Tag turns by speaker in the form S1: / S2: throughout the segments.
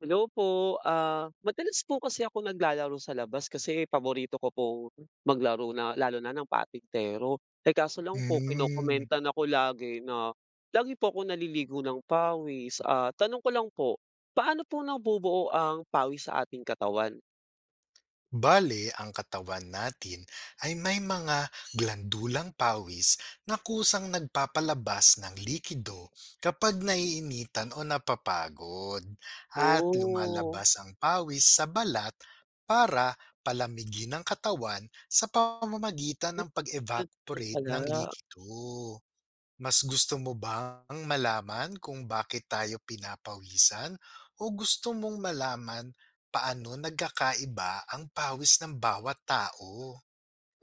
S1: Hello po, madalas po kasi ako naglalaro sa labas kasi paborito ko po maglaro na lalo na ng patintero. Eh, kaso lang po
S2: Hmm,
S1: kinokomentan ako lagi na lagi po ako naliligo ng pawis. Tanong ko lang po, paano po nabubuo ang pawis sa ating katawan?
S2: bale ang katawan natin ay may mga glandulang pawis na kusang nagpapalabas ng likido kapag naiinitan o napapagod at
S1: Oh,
S2: lumalabas ang pawis sa balat para palamigin ang katawan sa pamamagitan
S1: ay,
S2: ng
S1: ganun po
S2: pag-evaporate ng
S1: pala.
S2: likido. Mas gusto mo bang malaman kung bakit tayo pinapawisan o gusto mong malaman paano nagkakaiba ang pawis ng bawat tao?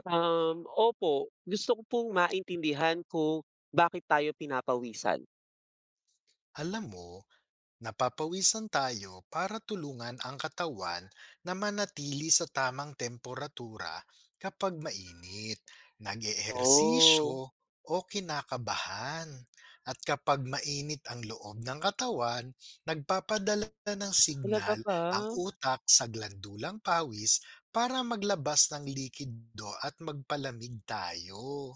S1: Opo, gusto ko pong maintindihan kung bakit tayo pinapawisan.
S2: Alam mo, napapawisan tayo para tulungan ang katawan na manatili sa tamang temperatura kapag mainit, nag-eehersisyo
S1: Oh,
S2: o kinakabahan. At kapag mainit ang loob ng katawan, nagpapadala ng
S1: talaga
S2: signal
S1: ba?
S2: ang utak sa glandulang pawis para maglabas ng likido at magpalamig tayo.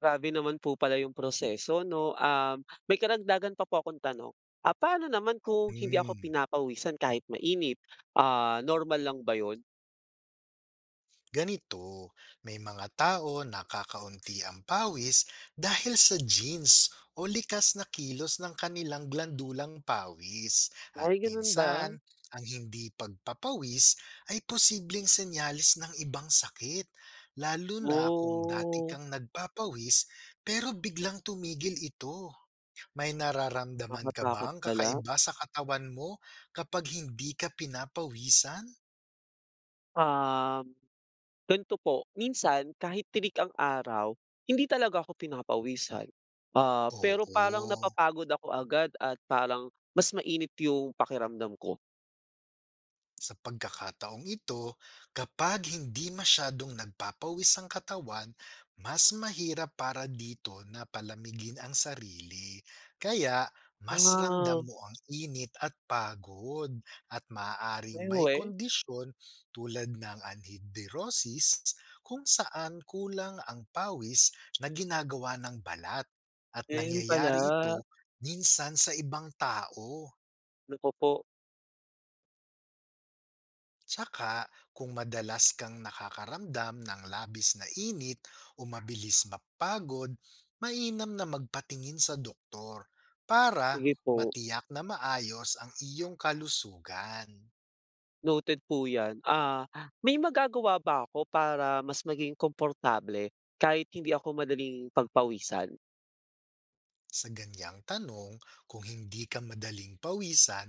S1: Grabe naman po pala yung proseso 'no. May karagdagan pa po akong tanong. Paano naman kung hindi ako
S2: Hmm.
S1: pinapawisan kahit mainit? Normal lang ba yun?
S2: Ganito, may mga tao na kakaunti ang pawis dahil sa genes o likas na kilos ng kanilang glandulang pawis. At
S1: Ay ganun ba?
S2: minsan, ang hindi pagpapawis ay posibleng senyalis ng ibang sakit, lalo na kung dati
S1: Oh,
S2: kang nagpapawis pero biglang tumigil ito. May nararamdaman ka
S1: nakakatakot
S2: bang
S1: pala.
S2: kakaiba sa katawan mo kapag hindi ka pinapawisan?
S1: Um, Ganito po, minsan kahit tirik ang araw, hindi talaga ako pinapawisan. Pero parang
S2: Oo.
S1: napapagod ako agad at parang mas mainit yung pakiramdam ko.
S2: Sa pagkakataong ito, kapag hindi masyadong nagpapawis ang katawan, mas mahirap para dito na palamigin ang sarili. Kaya, mas ramdam
S1: Ah,
S2: mo ang init at pagod at maaaring may
S1: ay,
S2: kondisyon tulad ng anhidrosis kung saan kulang ang pawis na ginagawa ng balat at
S1: eh, ganun
S2: nangyayari
S1: pala.
S2: ito minsan sa ibang tao.
S1: Naku po,
S2: Tsaka, kung madalas kang nakakaramdam ng labis na init o mabilis mapagod, mainam na magpatingin sa doktor para
S1: sige po.
S2: matiyak na maayos ang iyong kalusugan.
S1: Noted po 'yan. May magagawa ba ako para mas maging komportable kahit hindi ako madaling pagpawisan?
S2: Sa ganyang tanong, kung hindi ka madaling pawisan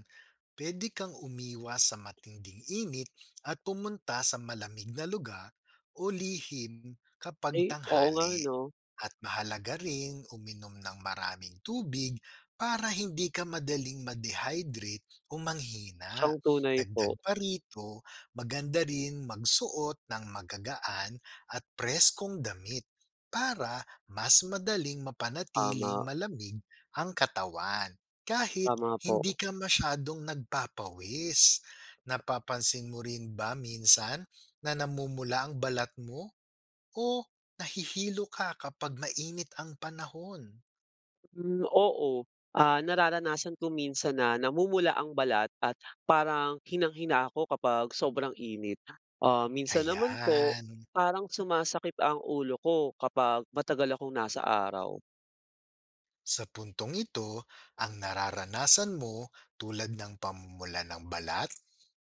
S2: pwede kang umiwas sa matinding init at pumunta sa malamig na lugar o lihim kapag
S1: Eh oo nga
S2: tanghali.
S1: 'no,
S2: At mahalaga ring uminom ng maraming tubig para hindi ka madaling ma-dehydrate o manghina.
S1: siyang tunay po.
S2: Dagdag pa rito, maganda rin magsuot ng magagaan at preskong damit para mas madaling mapanatiling
S1: Tama,
S2: malamig ang katawan kahit
S1: tama
S2: hindi
S1: po.
S2: ka masyadong nagpapawis. Napapansin mo rin ba minsan na namumula ang balat mo o nahihilo ka kapag mainit ang panahon?
S1: Hmm, oo, nararanasan ko minsan na namumula ang balat at parang hinang-hina ako kapag sobrang init. Minsan naman po,
S2: Ayan.
S1: parang sumasakit ang ulo ko kapag matagal akong nasa araw.
S2: Sa puntong ito, ang nararanasan mo tulad ng pamumula ng balat,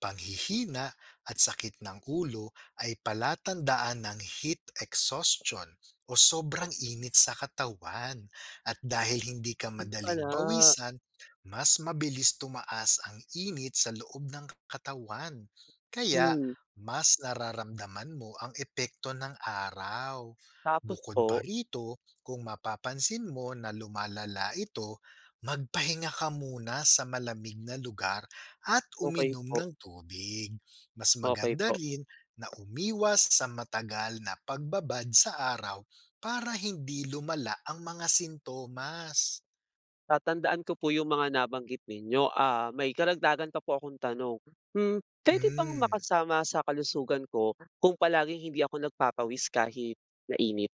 S2: panghihina at sakit ng ulo ay palatandaan ng heat exhaustion o sobrang init sa katawan. At dahil hindi ka
S1: Ano
S2: madaling
S1: pala.
S2: pawisan, mas mabilis tumaas ang init sa loob ng katawan. Kaya
S1: Hmm,
S2: mas nararamdaman mo ang epekto ng araw.
S1: tapos
S2: Bukod pa
S1: po?
S2: rito, kung mapapansin mo na lumalala ito, magpahinga ka muna sa malamig na lugar at
S1: Okay
S2: uminom
S1: po.
S2: ng tubig. Mas
S1: Okey
S2: maganda
S1: po.
S2: rin na umiwas sa matagal na pagbabad sa araw para hindi lumala ang mga sintomas.
S1: Tatandaan ko po yung mga nabanggit ninyo. May karagdagan pa po akong tanong. Puwede bang
S2: Mm.
S1: makasama sa kalusugan ko kung palaging hindi ako nagpapawis kahit mainit?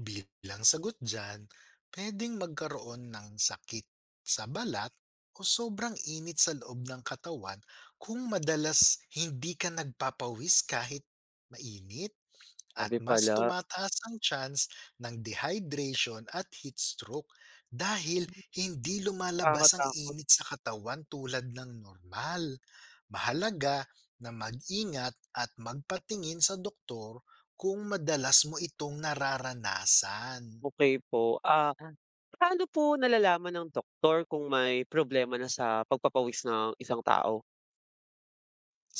S2: Bilang sagot dyan, pwedeng magkaroon ng sakit sa balat o sobrang init sa loob ng katawan kung madalas hindi ka nagpapawis kahit mainit at
S1: Grabe
S2: mas
S1: pala,
S2: tumataas ang chance ng dehydration at heat stroke dahil hindi lumalabas ang
S1: nakakatakot.
S2: init sa katawan tulad ng normal. Mahalaga na mag-ingat at magpatingin sa doktor kung madalas mo itong nararanasan.
S1: Okey po. Paano po nalalaman ng doktor kung may problema na sa pagpapawis ng isang tao?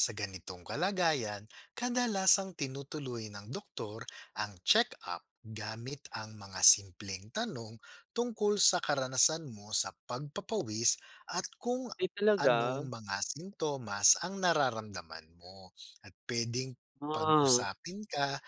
S2: Sa ganitong kalagayan, kadalasang tinutuloy ng doktor ang check-up gamit ang mga simpleng tanong tungkol sa karanasan mo sa pagpapawis at kung
S1: Ay talaga?
S2: anong mga sintomas ang nararamdaman mo. At pwedeng
S1: Ah,
S2: pag-usapin ka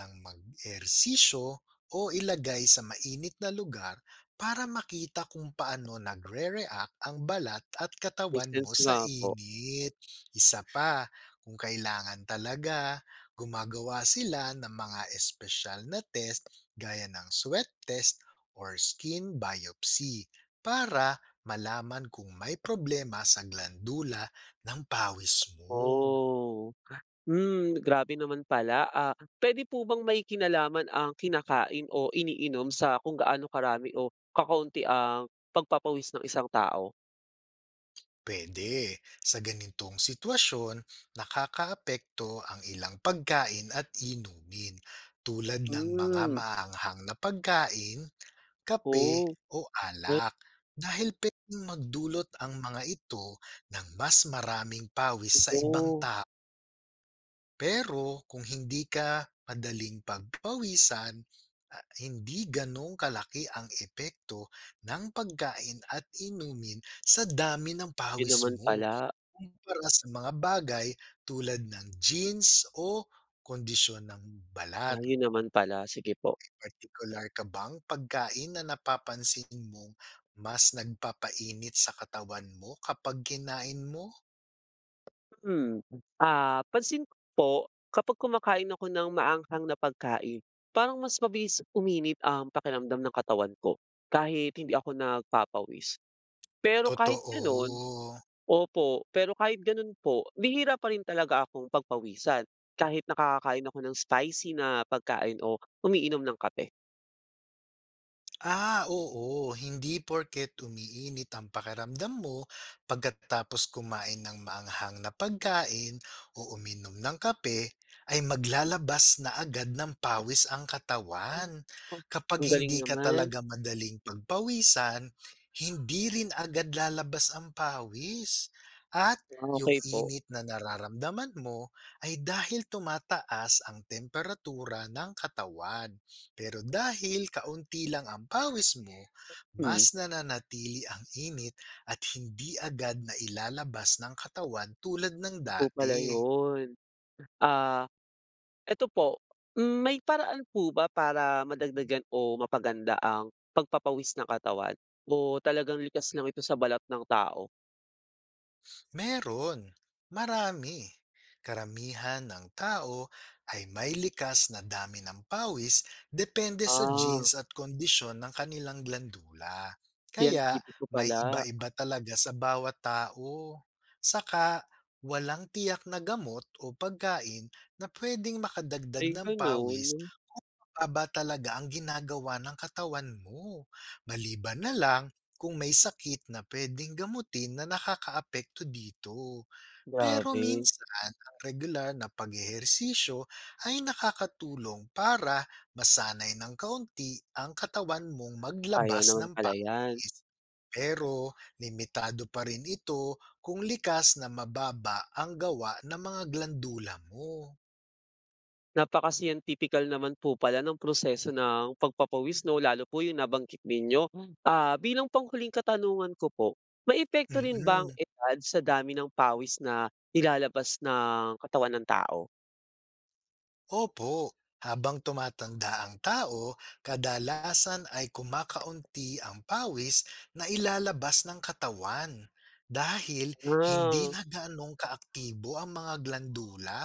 S2: ng mag-ersisyo o ilagay sa mainit na lugar para makita kung paano nagre-react ang balat at
S1: May
S2: katawan mo
S1: sense
S2: sa
S1: nga po.
S2: init. Isa pa, kung kailangan talaga, gumagawa sila ng mga espesyal na test gaya ng sweat test or skin biopsy para malaman kung may problema sa glandula ng pawis mo.
S1: Oh. Hmm, grabe naman pala, puwede po bang may kinalaman ang kinakain o iniinom sa kung gaano karami o kakaunti ang pagpapawis ng isang tao?
S2: Pwede. Sa ganitong sitwasyon, nakakaapekto ang ilang pagkain at inumin tulad ng mga
S1: Hmm,
S2: maanghang na pagkain, kape
S1: oh,
S2: o
S1: ay
S2: alak dahil pwedeng magdulot ang mga ito ng mas maraming pawis sa ibang
S1: oo,
S2: tao. Pero kung hindi ka madaling pagpawisan, hindi ganong kalaki ang epekto ng pagkain at inumin sa dami ng
S1: 'yun
S2: pawis
S1: naman
S2: mo
S1: pala,
S2: kumpara sa mga bagay tulad ng jeans o kondisyon ng balat.
S1: 'yun naman pala, sige po.
S2: Partikular ka bang pagkain na napapansin mong mas nagpapainit sa katawan mo kapag kinain mo?
S1: Hmm, pansin ko po kapag kumakain ako ng maanghang na pagkain, parang mas mabilis uminit ang pakiramdam ng katawan ko kahit hindi ako nagpapawis. Pero kahit gano'n
S2: Totoo.
S1: opo, pero kahit gano'n po, bihira pa rin talaga akong pagpawisan kahit nakakakain ako ng spicy na pagkain o umiinom ng kape.
S2: Oo. Hindi porket umiinit ang pakiramdam mo pagkatapos kumain ng maanghang na pagkain o uminom ng kape, ay maglalabas na agad ng pawis ang
S1: Ah,
S2: katawan.
S1: oh,
S2: Kapag
S1: ang galing
S2: hindi ka
S1: naman.
S2: talaga madaling pagpawisan, hindi rin agad lalabas ang pawis. At
S1: Ah,
S2: yung
S1: okey po.
S2: init na nararamdaman mo ay dahil tumataas ang temperatura ng katawan. Pero dahil kaunti lang ang pawis mo,
S1: Hmm,
S2: mas nananatili ang init at hindi agad na ilalabas ng katawan tulad ng
S1: yun po pala
S2: dati.
S1: yun. Ah, Eto po, hmm, may paraan po ba para madagdagan o mapaganda ang pagpapawis ng katawan o talagang likas lang ito sa balat ng tao?
S2: Meron, marami. Karamihan ng tao ay may likas na dami ng pawis depende sa
S1: Ah,
S2: genes at kondisyon ng kanilang glandula. Kaya
S1: Scientific po
S2: may
S1: pala.
S2: iba-iba talaga sa bawat tao. Saka walang tiyak na gamot o pagkain na pwedeng makadagdag
S1: Ay,
S2: ng
S1: gano'n.
S2: pawis kung mababa talaga ang ginagawa ng katawan mo. Maliban na lang kung may sakit na puwedeng gamutin na nakakaapekto dito. Pero
S1: Grabe.
S2: minsan, ang regular na pag-ehersisyo ay nakakatulong para masanay ng kaunti ang katawan mong
S1: Kaya
S2: maglabas
S1: naman
S2: ng
S1: pala 'yan.
S2: pangis. Pero limitado pa rin ito kung likas na mababa ang gawa ng mga glandula mo.
S1: Napaka-scientifical naman po pala ng proseso ng pagpapawis 'no, lalo po yung nabanggit ninyo. Bilang panghuling katanungan ko po, maepekto rin ba ang
S2: Mm.
S1: edad sa dami ng pawis na nilalabas ng katawan ng tao?
S2: Opo, habang tumatanda ang tao, kadalasan ay kumakaunti ang pawis na ilalabas ng katawan dahil hindi
S1: Ah,
S2: na ganong kaaktibo ang mga glandula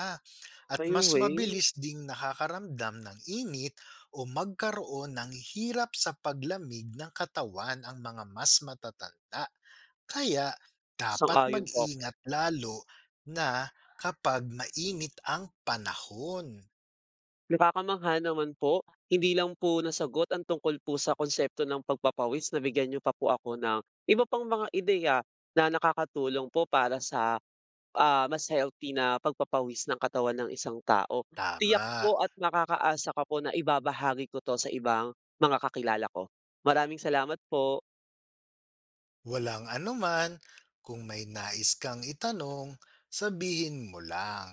S2: at
S1: by the
S2: mas
S1: way,
S2: mabilis ding nakakaramdam ng init o magkaroon ng hirap sa paglamig ng katawan ang mga mas matatanda. Kaya dapat
S1: sang-ayon po ako.
S2: mag-ingat lalo na kapag mainit ang panahon.
S1: Nakakamangha naman po, hindi lang po nasagot ang tungkol po sa konsepto ng pagpapawis, nabigyan niyo pa po ako ng iba pang mga ideya na nakakatulong po para sa mas healthy na pagpapawis ng katawan ng isang tao. Tiyak
S2: Tama.
S1: po at makakaasa ka po na ibabahagi ko 'to sa ibang mga kakilala ko. Maraming salamat po.
S2: Walang anuman, kung may nais kang itanong, sabihin mo lang.